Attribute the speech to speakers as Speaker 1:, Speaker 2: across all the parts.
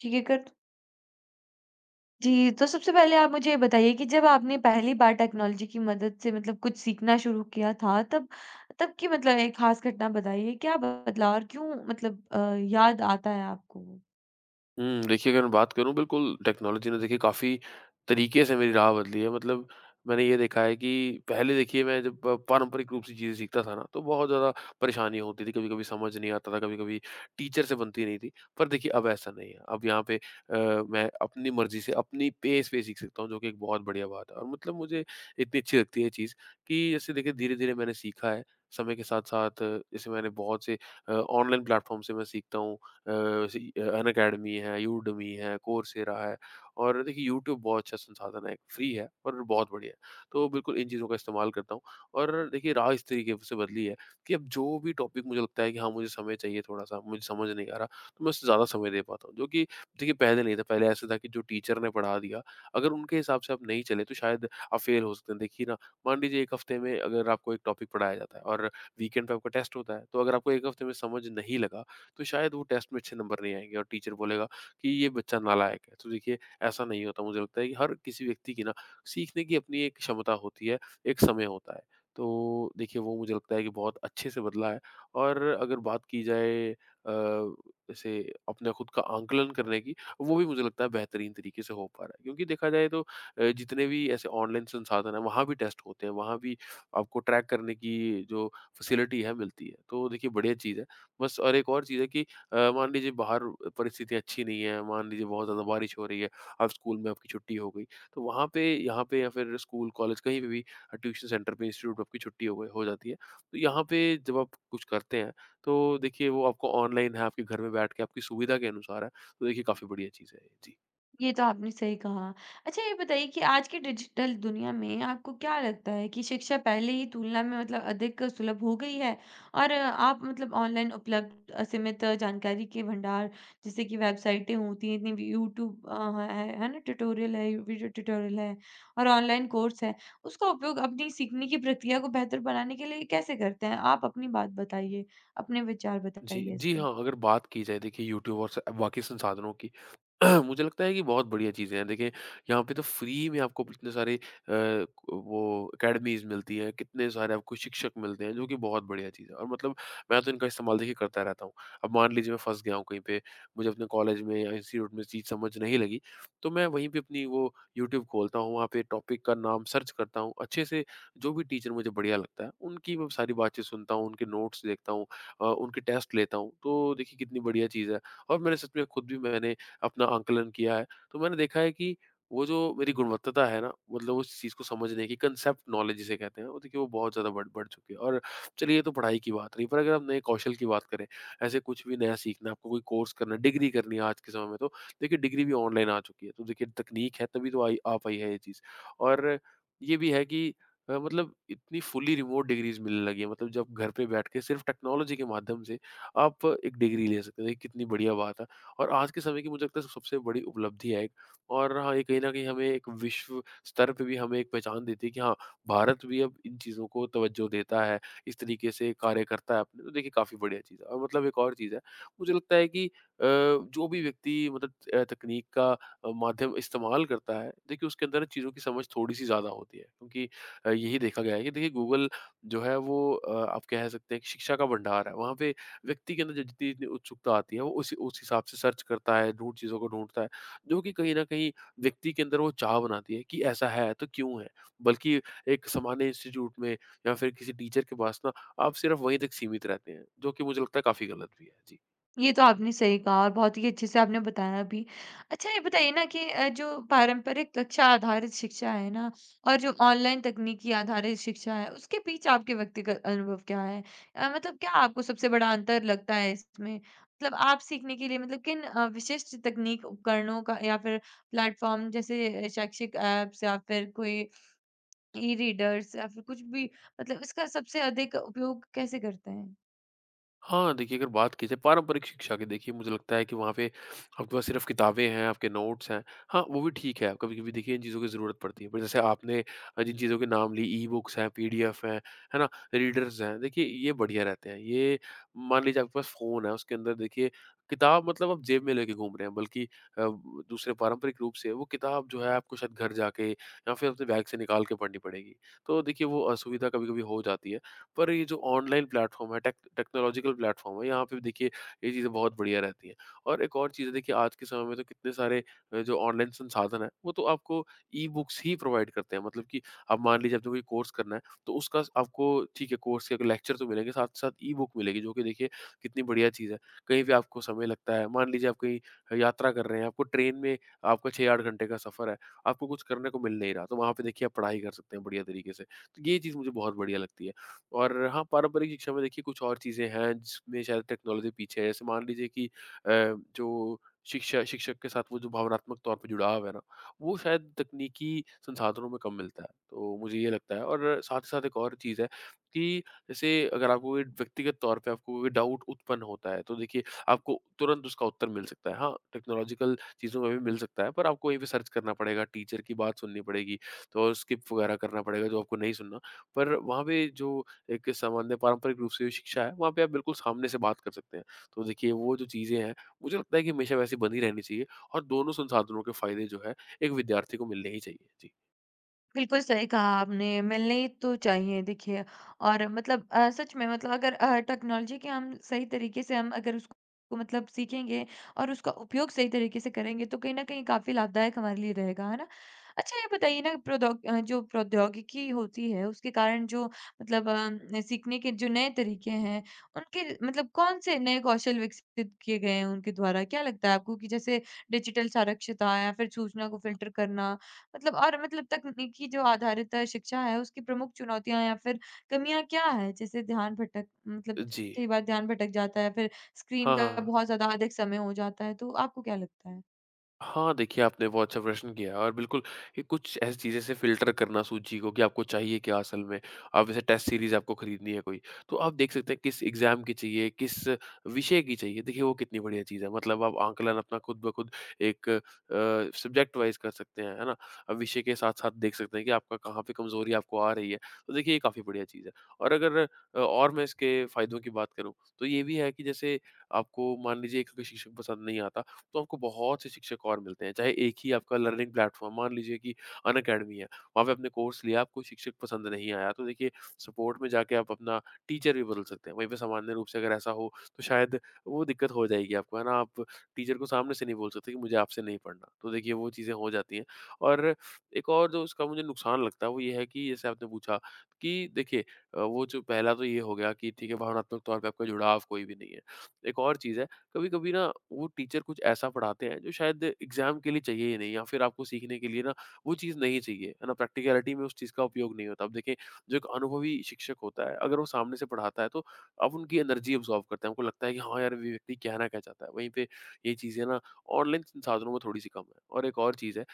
Speaker 1: ठीक है कर जी, तो सबसे पहले आप मुझे ये बताइए कि जब आपने पहली बार टेक्नोलॉजी की मदद से मतलब कुछ सीखना शुरू किया था, तब तब की मतलब एक खास घटना बताइए, क्या बदलाव और क्यों मतलब याद आता है आपको?
Speaker 2: देखिए अगर मैं बात करूँ बिल्कुल टेक्नोलॉजी ने देखिए काफ़ी तरीके से मेरी राह बदली है। मतलब मैंने ये देखा है कि पहले देखिए मैं जब प पारंपरिक रूप से चीज़ें सीखता था ना, तो बहुत ज़्यादा परेशानी होती थी, कभी-कभी समझ नहीं आता था, कभी-कभी टीचर से बनती नहीं थी। पर देखिए अब ऐसा नहीं है, अब यहाँ पे मैं अपनी मर्ज़ी से, अपनी पेस पे सीख सकता हूँ जो कि एक बहुत बढ़िया बात है। और मतलब मुझे इतनी अच्छी लगती है ये चीज़ कि जैसे देखिए धीरे-धीरे मैंने सीखा है, समय के साथ-साथ जैसे मैंने बहुत से ऑनलाइन प्लेटफ़ॉर्म से मैं सीखता हूँ। अ, अनअकैडमी है, यूडेमी है, कोर्सेरा है और देखिए यूट्यूब बहुत अच्छा संसाधन है, फ्री है और बहुत बढ़िया है। तो बिल्कुल इन चीज़ों का इस्तेमाल करता हूँ और देखिए राह इस तरीके से बदली है कि अब जो भी टॉपिक मुझे लगता है कि हाँ, मुझे समय चाहिए थोड़ा-सा, मुझे समझ नहीं आ रहा, तो मैं उससे ज़्यादा समय दे पाता हूँ। जो कि देखिए पहले नहीं था, पहले ऐसा था कि जो टीचर ने पढ़ा दिया, अगर उनके हिसाब से आप नहीं चले तो शायद आप फेल हो सकते हैं। देखिए ना, मान लीजिए 1 हफ्ते में अगर आपको एक टॉपिक पढ़ाया जाता है और वीकेंड पे आपका टेस्ट होता है, तो अगर आपको 1 हफ्ते में समझ नहीं लगा तो शायद वो टेस्ट में अच्छे नंबर नहीं आएँगे और टीचर बोलेगा कि ये बच्चा नालायक है। तो देखिए ऐसा नहीं होता मुझे लगता है कि हर किसी व्यक्ति की ना सीखने की अपनी एक क्षमता होती है, एक समय होता है। तो देखिए वो मुझे लगता है कि बहुत अच्छे से बदला है और अगर बात की जाए अ, ऐसे अपने खुद का आंकलन करने की, वो भी मुझे लगता है बेहतरीन तरीके से हो पा रहा है। क्योंकि देखा जाए तो जितने भी ऐसे ऑनलाइन संसाधन हैं वहाँ भी टेस्ट होते हैं, वहाँ भी आपको ट्रैक करने की जो फ़ैसिलिटी है मिलती है। तो देखिए बढ़िया चीज़ है। बस और एक और चीज़ है कि मान लीजिए बाहर परिस्थिति अच्छी नहीं है, मान लीजिए बहुत ज़्यादा बारिश हो रही है, अब स्कूल में आपकी छुट्टी हो गई, तो वहाँ पे यहाँ पे या फिर स्कूल, कॉलेज कहीं पे भी ट्यूशन सेंटर पे, इंस्टीट्यूट पे आपकी छुट्टी हो गई हो जाती है। तो यहाँ पे जब आप कुछ करते हैं, तो देखिए वो आपको ऑनलाइन है, आपके घर में बैठ के आपकी सुविधा के अनुसार है, तो देखिए काफ़ी बढ़िया चीज़ है ये। जी।
Speaker 1: ये तो आपने सही कहा। अच्छा ये बताइए कि आज की डिजिटल दुनिया में आपको क्या लगता है कि शिक्षा पहले की तुलना में मतलब अधिक सुलभ हो गई है? और आप मतलब ऑनलाइन उपलब्ध असीमित जानकारी के भंडार जैसे कि वेबसाइटें होती हैं, इतनी भी यूट्यूब है ना? ट्यूटोरियल है, वीडियो ट्यूटोरियल है और ऑनलाइन कोर्स है। उसका उपयोग अपनी सीखने की प्रक्रिया को बेहतर बनाने के लिए कैसे करते हैं? आप अपनी बात बताइए, अपने विचार
Speaker 2: जी,
Speaker 1: बताइए इस
Speaker 2: जी
Speaker 1: पे।
Speaker 2: हाँ, अगर बात की जाए देखिए यूट्यूब और स बाकी संसाधनों की मुझे लगता है कि बहुत बढ़िया चीज़ें हैं। देखिए यहाँ पे तो फ्री में आपको इतने सारे वो अकेडमीज़ मिलती हैं, कितने सारे आपको शिक्षक मिलते हैं जो कि बहुत बढ़िया चीज़ है और मतलब मैं तो इनका इस्तेमाल देखिए करता रहता हूँ। अब मान लीजिए मैं फँस गया हूँ कहीं पे, मुझे अपने कॉलेज में या इंस्टीट्यूट में चीज़ समझ नहीं लगी, तो मैं वहीं पे अपनी वो यूट्यूब खोलता हूँ, वहाँ पे टॉपिक का नाम सर्च करता हूँ, अच्छे से जो भी टीचर मुझे बढ़िया लगता है, उनकी मैं सारी बातचीत सुनता हूँ, उनके नोट्स देखता हूँ, उनके टेस्ट लेता हूँ, तो देखिए कितनी बढ़िया चीज़ है। और मैंने सच में खुद भी मैंने अपना आंकलन किया है, तो मैंने देखा है कि वो जो मेरी गुणवत्ता है ना, मतलब उस चीज़ को समझने की कॉन्सेप्ट नॉलेज जिसे कहते हैं, वो देखिए वो बहुत ज़्यादा बढ़ बढ़ चुकी है। और चलिए ये तो पढ़ाई की बात रही, पर अगर हम नए कौशल की बात करें, ऐसे कुछ भी नया सीखना है, आपको कोई कोर्स करना है, डिग्री करनी है आज के समय में तो देखिए डिग्री भी ऑनलाइन आ चुकी है, तो देखिए तकनीक है तभी तो आई आ पाई है ये चीज़। और ये भी है कि मतलब इतनी फुली रिमोट डिग्रीज़ मिलने लगी हैं, मतलब जब घर पे बैठ के सिर्फ़ टेक्नोलॉजी के माध्यम से आप एक डिग्री ले सकते हैं, ये कितनी बढ़िया बात है। और आज के समय की मुझे लगता है सबसे बड़ी उपलब्धि है एक और हाँ, ये कहीं न कहीं हमें एक विश्व स्तर पे भी हमें एक पहचान देती है कि हाँ, भारत भी अब इन चीज़ों को तवज्जो देता है, इस तरीके से कार्य करता है अपने तो देखिए काफ़ी बढ़िया चीज़ है। और मतलब एक और चीज़ है, मुझे लगता है कि जो भी व्यक्ति मतलब तकनीक का माध्यम इस्तेमाल करता है, देखिए उसके अंदर चीज़ों की समझ थोड़ी-सी ज़्यादा होती है क्योंकि यही देखा गया है कि देखिए गूगल जो है वो आप कह सकते हैं कि शिक्षा का भंडार है। वहाँ पे व्यक्ति के अंदर जो जितनी जितनी उत्सुकता आती है वो उसी उस हिसाब से सर्च करता है, ढूँढ चीज़ों को ढूँढता है, जो कि कहीं न कहीं व्यक्ति के अंदर वो चाह बनाती है कि ऐसा है तो क्यों है? बल्कि एक सामान्य इंस्टीट्यूट में या फिर किसी टीचर के पास ना आप सिर्फ़ वहीं तक सीमित रहते हैं, जो कि मुझे लगता है काफ़ी गलत भी है। जी।
Speaker 1: ये तो आपने सही कहा और बहुत ही अच्छे से आपने बताया भी। अच्छा ये बताइए ना कि जो पारंपरिक कक्षा आधारित शिक्षा है ना और जो ऑनलाइन तकनीकी आधारित शिक्षा है, उसके बीच आपके व्यक्तिगत अनुभव क्या है? मतलब क्या आपको सबसे बड़ा अंतर लगता है इसमें? मतलब आप सीखने के लिए मतलब किन विशिष्ट तकनीक उपकरणों का या फिर प्लेटफ़ॉर्म जैसे शैक्षिक ऐप्स या फिर कोई ई-रीडर्स या फिर कुछ भी मतलब इसका सबसे अधिक उपयोग कैसे करते हैं?
Speaker 2: हाँ, देखिए, अगर बात की जाए पारंपरिक शिक्षा की देखिए मुझे लगता है कि वहाँ पे आपके पास सिर्फ़ किताबें हैं, आपके नोट्स हैं। हाँ, वो भी ठीक है, कभी-कभी देखिए इन चीज़ों की ज़रूरत पड़ती है। पर जैसे आपने जिन चीज़ों के नाम लिए ई-बुक्स हैं, पीडीएफ हैं, है ना? रीडर्स हैं, देखिए ये बढ़िया रहते हैं। ये मान लीजिए आपके पास फ़ोन है, उसके अंदर देखिए किताब मतलब आप जेब में लेके घूम रहे हैं बल्कि दूसरे पारंपरिक रूप से वो किताब जो है आपको शायद घर जाके या फिर अपने बैग से निकाल के पढ़नी पड़ेगी। तो देखिए वो असुविधा कभी-कभी हो जाती है। पर ये जो ऑनलाइन प्लेटफ़ॉर्म है, टेक्नोलॉजिकल प्लेटफ़ॉर्म है, यहाँ पे भी देखिए ये चीज़ें बहुत बढ़िया रहती हैं। और एक और चीज़ है देखिए आज के समय में तो कितने सारे जो ऑनलाइन संसाधन हैं, वो तो आपको ई-बुक्स ही प्रोवाइड करते हैं। मतलब कि अब मान लीजिए आपने कोई कोर्स करना है, तो उसका स आपको ठीक है कोर्स के अगर लेक्चर तो मिलेंगे, साथ ही साथ ई-बुक मिलेगी जो कि देखिए कितनी बढ़िया चीज़ है। कहीं भी आपको समय लगता है, मान लीजिए आप कहीं यात्रा कर रहे हैं, आपको ट्रेन में आपका 6-8 घंटे का सफ़र है, आपको कुछ करने को मिल नहीं रहा, तो वहाँ पे देखिए आप पढ़ाई कर सकते हैं बढ़िया तरीके से। तो ये चीज़ मुझे बहुत बढ़िया लगती है। और हाँ, पारंपरिक शिक्षा में देखिए कुछ और चीज़ें हैं जिसमें शायद टेक्नोलॉज़ी पीछे है। जैसे मान लीजिए कि जो शिक्षा शिक्षक के साथ वो जो भावनात्मक तौर पे जुड़ाव है ना, वो शायद तकनीकी संसाधनों में कम मिलता है। तो मुझे ये लगता है और साथ ही साथ एक और चीज़ है कि जैसे अगर आपको कोई व्यक्तिगत तौर पे आपको कोई डाउट उत्पन्न होता है, तो देखिए आपको तुरंत उसका उत्तर मिल सकता है। हाँ, टेक्नोलॉजिकल चीज़ों में भी मिल सकता है, पर आपको वहीं पे सर्च करना पड़ेगा, टीचर की बात सुननी पड़ेगी, तो स्किप वगैरह करना पड़ेगा जो आपको नहीं सुनना। पर वहाँ पे जो एक सामान्य पारंपरिक रूप से जो शिक्षा है, वहाँ पे आप बिल्कुल सामने से बात कर सकते हैं। तो देखिए वो जो चीज़ें हैं, मुझे लगता है कि हमेशा वैसी बनी रहनी चाहिए और दोनों संसाधनों के फ़ायदे जो है, एक विद्यार्थी को मिलने ही चाहिए। जी।
Speaker 1: बिल्कुल सही कहा आपने, मिलने ही तो चाहिए देखिए और मतलब सच में मतलब अगर टेक्नोलॉजी के हम सही तरीके से हम अगर उसको को मतलब सीखेंगे और उसका उपयोग सही तरीके से करेंगे तो कहीं न कहीं काफ़ी लाभदायक हमारे लिए रहेगा, है ना? अच्छा ये बताइए ना जो प्रौद्योगिकी होती है उसके कारण जो मतलब सीखने के जो नए तरीके हैं, उनके मतलब कौन-से नए कौशल विकसित किए गए हैं उनके द्वारा? क्या लगता है आपको कि जैसे डिजिटल साक्षरता या फिर सूचना को फ़िल्टर करना मतलब और मतलब तकनीकी जो आधारित शिक्षा है, उसकी प्रमुख चुनौतियाँ या फिर कमियाँ क्या हैं? जैसे ध्यान भटक मतलब
Speaker 2: जी।
Speaker 1: कई बार ध्यान भटक जाता है, फिर स्क्रीन
Speaker 2: हाँ, हाँ,
Speaker 1: का
Speaker 2: हाँ।
Speaker 1: बहुत ज़्यादा अधिक समय हो जाता है, तो आपको क्या लगता है?
Speaker 2: हाँ, देखिए आपने बहुत अच्छा प्रश्न किया है और बिल्कुल ये कुछ ऐसी चीज़ें से फ़िल्टर करना सूची को कि आपको चाहिए क्या असल में। अब जैसे टेस्ट सीरीज़ आपको खरीदनी है कोई, तो आप देख सकते हैं किस एग्ज़ाम की चाहिए, किस विषय की चाहिए। देखिए वो कितनी बढ़िया चीज़ है, मतलब आप आंकलन अपना खुद ब खुद एक सब्जेक्ट वाइज़ कर सकते हैं, है ना? अब विषय के साथ-साथ देख सकते हैं कि आपका कहाँ पे कमज़ोरी आपको आ रही है, तो देखिए ये काफ़ी बढ़िया चीज़ है। और अगर अ, और मैं इसके फ़ायदों की बात करूँ, तो ये भी है कि जैसे आपको मान लीजिए एक कोई शिक्षक पसंद नहीं आता, तो आपको बहुत से शिक्षक और मिलते हैं, चाहे एक ही आपका लर्निंग प्लेटफ़ॉर्म मान लीजिए कि अनअकैडमी है, वहाँ पे आपने कोर्स लिया, आपको शिक्षक पसंद नहीं आया, तो देखिए सपोर्ट में जाके आप अपना टीचर भी बदल सकते हैं। वहीं पे सामान्य रूप से अगर ऐसा हो, तो शायद वो दिक्कत हो जाएगी आपको, है ना? आप टीचर को सामने से नहीं बोल सकते कि मुझे आपसे नहीं पढ़ना, तो देखिए वो चीज़ें हो जाती हैं। और एक और जो उसका मुझे नुकसान लगता है, वो ये है कि जैसे आपने पूछा कि देखिए वो जो पहला तो ये हो गया कि ठीक है, भावनात्मक तौर पे आपका जुड़ाव कोई भी नहीं है। एक और चीज़ है, कभी कभी ना वो टीचर कुछ ऐसा पढ़ाते हैं जो शायद एग्जाम के लिए चाहिए ही नहीं, या फिर आपको सीखने के लिए ना वो चीज़ नहीं चाहिए, है ना? प्रैक्टिकलिटी में उस चीज़ का उपयोग नहीं होता। अब देखिए, जो एक अनुभवी शिक्षक होता है, अगर वो सामने से पढ़ाता है, तो आप उनकी एनर्जी ऑब्जॉर्व करते हैं, आपको लगता है कि हाँ यार, ये व्यक्ति कहना क्या चाहता है। वहीं पे ये चीज़ें ना ऑनलाइन संसाधनों में थोड़ी सी कम है। और एक और चीज़ है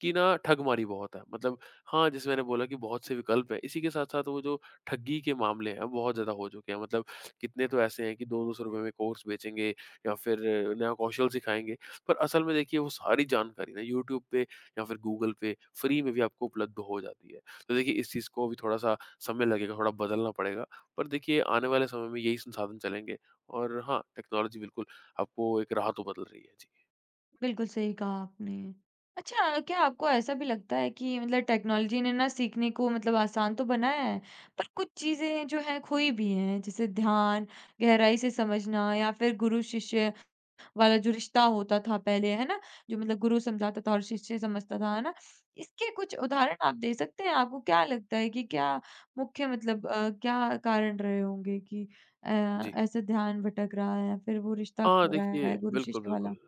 Speaker 2: कि ना, ठगमारी बहुत है, मतलब हाँ, जैसे मैंने बोला कि बहुत से विकल्प हैं, इसी के साथ साथ वो जो ठगी के मामले हैं बहुत ज़्यादा हो चुके हैं, मतलब कितने तो ऐसे हैं कि दो दो सौ रुपये में कोर्स बेचेंगे, या फिर नेहा कौशल सिखाएँगे। पर असल में देखिए, वो सारी जानकारी ना यूट्यूब पे या फिर गूगल पे फ्री में भी आपको उपलब्ध हो जाती है। तो देखिए, इस चीज़ को भी थोड़ा-सा समय लगेगा, थोड़ा बदलना पड़ेगा। पर देखिए, आने वाले समय में यही संसाधन चलेंगे। और हाँ, टेक्नोलॉजी बिल्कुल आपको एक राह तो बदल रही है। जी।
Speaker 1: बिल्कुल सही कहा आपने। अच्छा, क्या आपको ऐसा भी लगता है कि मतलब टेक्नोलॉजी ने ना सीखने को मतलब आसान तो बनाया है, पर कुछ चीज़ें जो हैं खोई भी हैं, जैसे ध्यान, गहराई से समझना या फिर गुरु-शिष्य वाला जो रिश्ता होता था पहले, है ना? जो मतलब गुरु समझाता था और शिष्य समझता था, है ना? इसके कुछ उदाहरण आप दे सकते हैं? आपको क्या लगता है कि क्या मुख्य मतलब क्या कारण रहे होंगे कि अ,
Speaker 2: जी।
Speaker 1: ऐसा ध्यान भटक रहा है या फिर वो रिश्ता
Speaker 2: हाँ,
Speaker 1: खो रहा
Speaker 2: देखिए
Speaker 1: है
Speaker 2: बिल्कुल,
Speaker 1: गुरु-शिष्य वाला?
Speaker 2: बिल्कुल।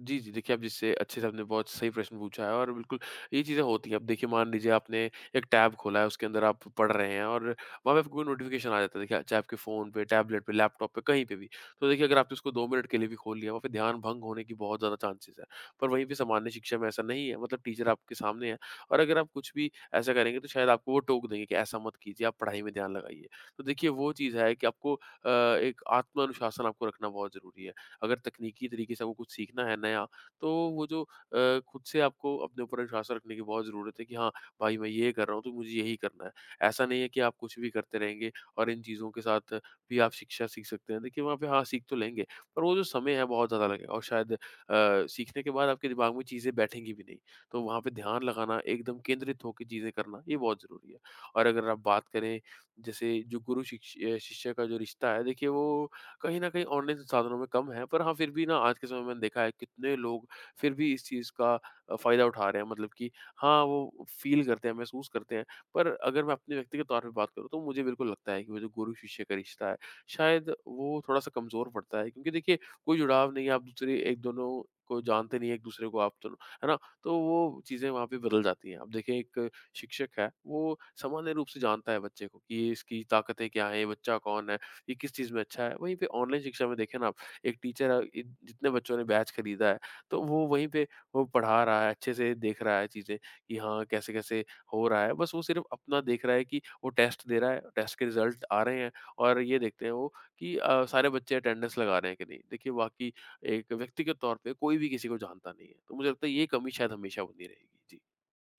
Speaker 2: जी, जी। देखिए, आप जिससे अच्छे से आपने बहुत सही प्रश्न पूछा है, और बिल्कुल ये चीज़ें होती हैं। अब देखिए, मान लीजिए आपने एक टैब खोला है, उसके अंदर आप पढ़ रहे हैं, और वहाँ पे आपको कोई नोटिफ़िकेशन आ जाता है। देखिए, चाहे आपके फ़ोन पे, टैबलेट पे, लैपटॉप पे, कहीं पे भी। तो देखिए, अगर आपने उसको 2 मिनट के लिए भी खोल लिया, वहाँ पे ध्यान भंग होने की बहुत ज़्यादा चांसेज़ है। पर वहीं पे सामान्य शिक्षा में ऐसा नहीं है, मतलब टीचर आपके सामने है, और अगर आप कुछ भी ऐसा करेंगे, तो शायद आपको वो टोक देंगे कि ऐसा मत कीजिए, आप पढ़ाई में ध्यान लगाइए। तो देखिए, वो चीज़ है कि आपको अ, एक आत्म अनुशासन आपको रखना बहुत ज़रूरी है। अगर तकनीकी तरीके से आपको कुछ सीखना है नया, तो वो जो खुद से आपको अपने ऊपर विश्वास रखने की बहुत ज़रूरत है कि हाँ, भाई, मैं ये कर रहा हूँ, तो मुझे यही करना है। ऐसा नहीं है कि आप कुछ भी करते रहेंगे और इन चीज़ों के साथ भी आप शिक्षा सीख सकते हैं। देखिए वहाँ पे हाँ, सीख तो लेंगे, पर वो जो समय है बहुत ज़्यादा लगेगा, और शायद सीखने के बाद आपके दिमाग में चीज़ें बैठेंगी भी नहीं। तो वहाँ पे ध्यान लगाना, एकदम केंद्रित होके चीज़ें करना, ये बहुत ज़रूरी है। और अगर आप बात करें जैसे जो गुरु शिष्य का जो रिश्ता है, देखिए वो कहीं न कहीं ऑनलाइन संसाधनों में कम है, पर हाँ, फिर भी ना आज के समय में मैंने देखा है, कितने लोग फिर भी इस चीज़ का फ़ायदा उठा रहे हैं, मतलब कि हाँ, वो फ़ील करते हैं, महसूस करते हैं। पर अगर मैं अपने व्यक्तिगत तौर पे बात करूँ, तो मुझे बिल्कुल लगता है कि वो जो गुरु-शिष्य का रिश्ता है, शायद वो थोड़ा-सा कमज़ोर पड़ता है, क्योंकि देखिए कोई जुड़ाव नहीं है, आप दूसरे एक दोनों को जानते नहीं हैं, एक-दूसरे को आप दोनों, है ना? तो वो चीज़ें वहाँ पे बदल जाती हैं। अब देखिए, एक शिक्षक है, वो सामान्य रूप से जानता है बच्चे को, कि ये इसकी ताकतें क्या हैं, ये बच्चा कौन है, ये किस चीज़ में अच्छा है। वहीं पे ऑनलाइन शिक्षा में देखें ना आप, एक टीचर, अ, इ जितने बच्चों ने बैच खरीदा है, तो वो वहीं पे वो पढ़ा रहा है, अच्छे से देख रहा है चीज़ें कि हाँ, कैसे-कैसे हो रहा है। बस वो सिर्फ़ अपना देख रहा है कि वो टेस्ट दे रहा है, टेस्ट के रिज़ल्ट आ रहे हैं, और ये देखते हैं वो कि सारे बच्चे अटेंडेंस लगा रहे हैं कि नहीं। देखिए वाक़ई एक व्यक्तिगत तौर पे कोई भी किसी को जानता नहीं है। तो मुझे लगता है ये कमी शायद हमेशा बनी रहेगी। जी।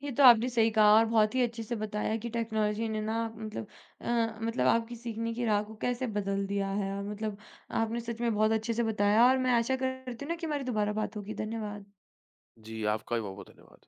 Speaker 1: ये तो आपने सही कहा और बहुत ही अच्छे से बताया कि टेक्नोलॉजी ने ना मतलब मतलब आपकी सीखने की राह को कैसे बदल दिया है और मतलब आपने सच में बहुत अच्छे से बताया और मैं आशा करती हूँ ना कि हमारी दोबारा बात होगी। धन्यवाद।
Speaker 2: जी, आपका भी बहुत-बहुत धन्यवाद।